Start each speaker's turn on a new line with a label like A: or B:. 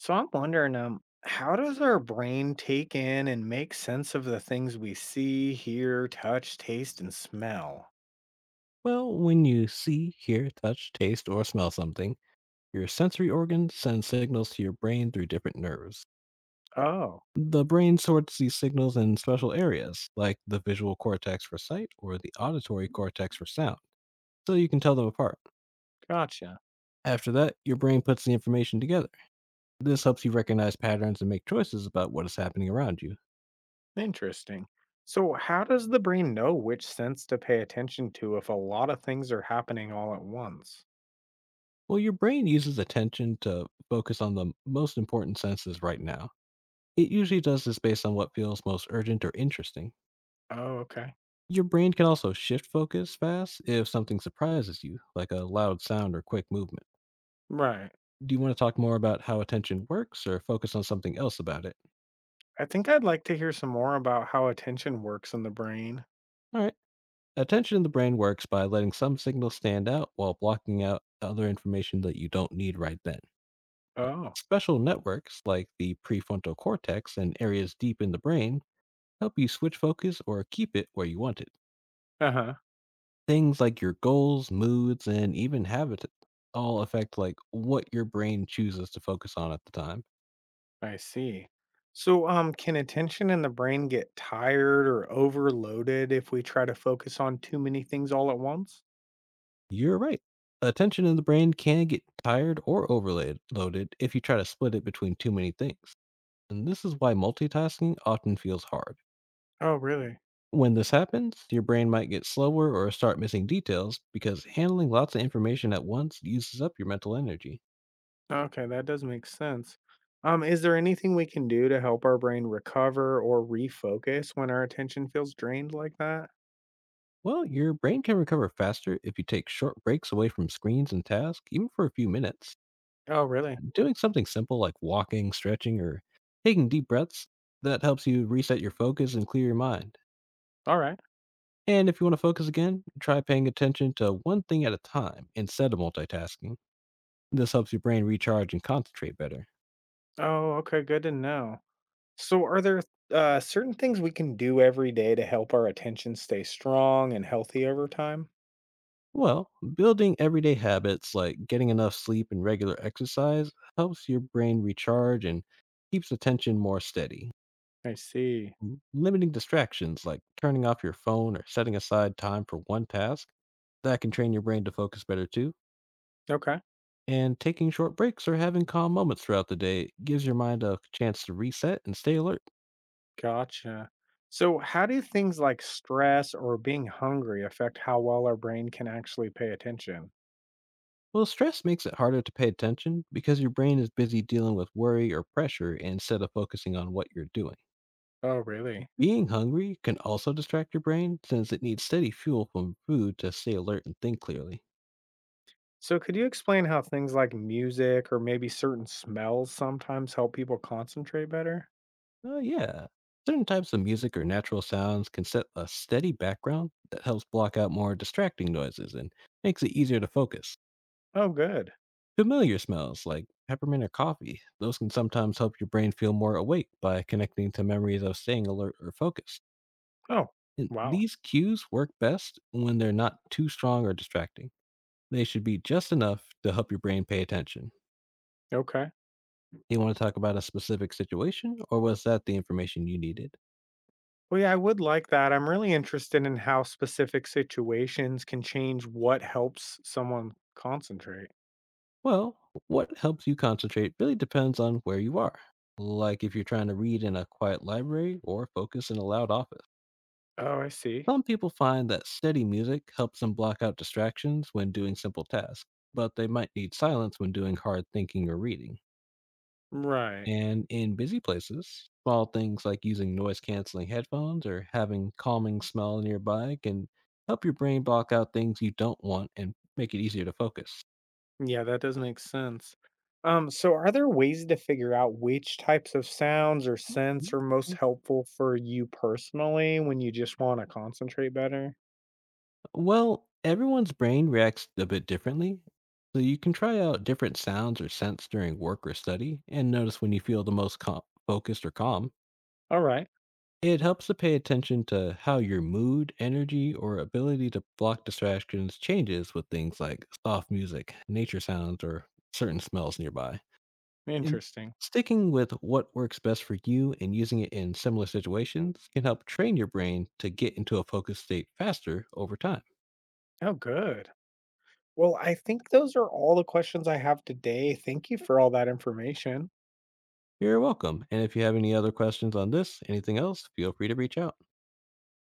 A: So I'm wondering, how does our brain take in and make sense of the things we see, hear, touch, taste, and smell?
B: Well, when you see, hear, touch, taste, or smell something, your sensory organs send signals to your brain through different nerves.
A: Oh,
B: The brain sorts these signals in special areas, like the visual cortex for sight or the auditory cortex for sound, so you can tell them apart.
A: gotcha.
B: After that, your brain puts the information together. This helps you recognize patterns and make choices about what is happening around you.
A: Interesting. So, how does the brain know which sense to pay attention to if a lot of things are happening all at once?
B: Well, your brain uses attention to focus on the most important senses right now. It usually does this based on what feels most urgent or interesting.
A: Oh, okay.
B: Your brain can also shift focus fast if something surprises you, like a loud sound or quick movement.
A: Right.
B: Do you want to talk more about how attention works or focus on something else about it?
A: I think I'd like to hear some more about how attention works in the brain.
B: All right. Attention in the brain works by letting some signals stand out while blocking out other information that you don't need right then. Uh,
A: Oh,
B: Special networks like the prefrontal cortex and areas deep in the brain help you switch focus or keep it where you want it.
A: uh huh.
B: Things like your goals, moods, and even habits all affect like what your brain chooses to focus on at the time.
A: I see. So, can attention and the brain get tired or overloaded if we try to focus on too many things all at once?
B: You're right. Attention in the brain can get tired or overloaded if you try to split it between too many things. And this is why multitasking often feels hard.
A: Oh, really?
B: When this happens, your brain might get slower or start missing details because handling lots of information at once uses up your mental energy.
A: Okay, that does make sense. Is there anything we can do to help our brain recover or refocus when our attention feels drained like that?
B: Well, your brain can recover faster if you take short breaks away from screens and tasks, even for a few minutes.
A: Oh, really?
B: Doing something simple like walking, stretching, or taking deep breaths that helps you reset your focus and clear your mind.
A: All right.
B: And if you want to focus again, try paying attention to one thing at a time instead of multitasking. This helps your brain recharge and concentrate better.
A: Oh, okay, good to know. So, are there certain things we can do every day to help our attention stay strong and healthy over time?
B: Well, building everyday habits like getting enough sleep and regular exercise helps your brain recharge and keeps attention more steady.
A: I see.
B: Limiting distractions like turning off your phone or setting aside time for one task that can train your brain to focus better too.
A: Okay.
B: And taking short breaks or having calm moments throughout the day gives your mind a chance to reset and stay alert.
A: Gotcha. So, how do things like stress or being hungry affect how well our brain can actually pay attention?
B: Well, stress makes it harder to pay attention because your brain is busy dealing with worry or pressure instead of focusing on what you're doing.
A: Oh, really?
B: Being hungry can also distract your brain since it needs steady fuel from food to stay alert and think clearly.
A: So, could you explain how things like music or maybe certain smells sometimes help people concentrate better?
B: Oh, yeah. Certain types of music or natural sounds can set a steady background that helps block out more distracting noises and makes it easier to focus.
A: Oh, good.
B: Familiar smells like peppermint or coffee. Those can sometimes help your brain feel more awake by connecting to memories of staying alert or focused.
A: Oh,
B: And
A: wow.
B: these cues work best when they're not too strong or distracting. They should be just enough to help your brain pay attention.
A: Okay.
B: You want to talk about a specific situation, or was that the information you needed?
A: Well, yeah, I would like that. I'm really interested in how specific situations can change what helps someone concentrate.
B: Well, what helps you concentrate really depends on where you are. Like if you're trying to read in a quiet library or focus in a loud office.
A: Oh, I see.
B: Some people find that steady music helps them block out distractions when doing simple tasks, but they might need silence when doing hard thinking or reading.
A: Right.
B: And in busy places, small things like using noise canceling headphones or having calming smell nearby can help your brain block out things you don't want and make it easier to focus.
A: Yeah, that does make sense. So are there ways to figure out which types of sounds or scents are most
B: Mm.
A: helpful for you personally when you just want to concentrate better?
B: Well, everyone's brain reacts a bit differently. So you can try out different sounds or scents during work or study and notice when you feel the most calm, focused or calm.
A: All right.
B: It helps to pay attention to how your mood, energy, or ability to block distractions changes with things like soft music, nature sounds, or certain smells nearby. And
A: Interesting.
B: sticking with what works best for you and using it in similar situations can help train your brain to get into a focused state faster over time.
A: Oh, good. Well, I think those are all the questions I have today. Thank you for all that information.
B: You're welcome. And if you have any other questions on this, anything else, feel free to reach out.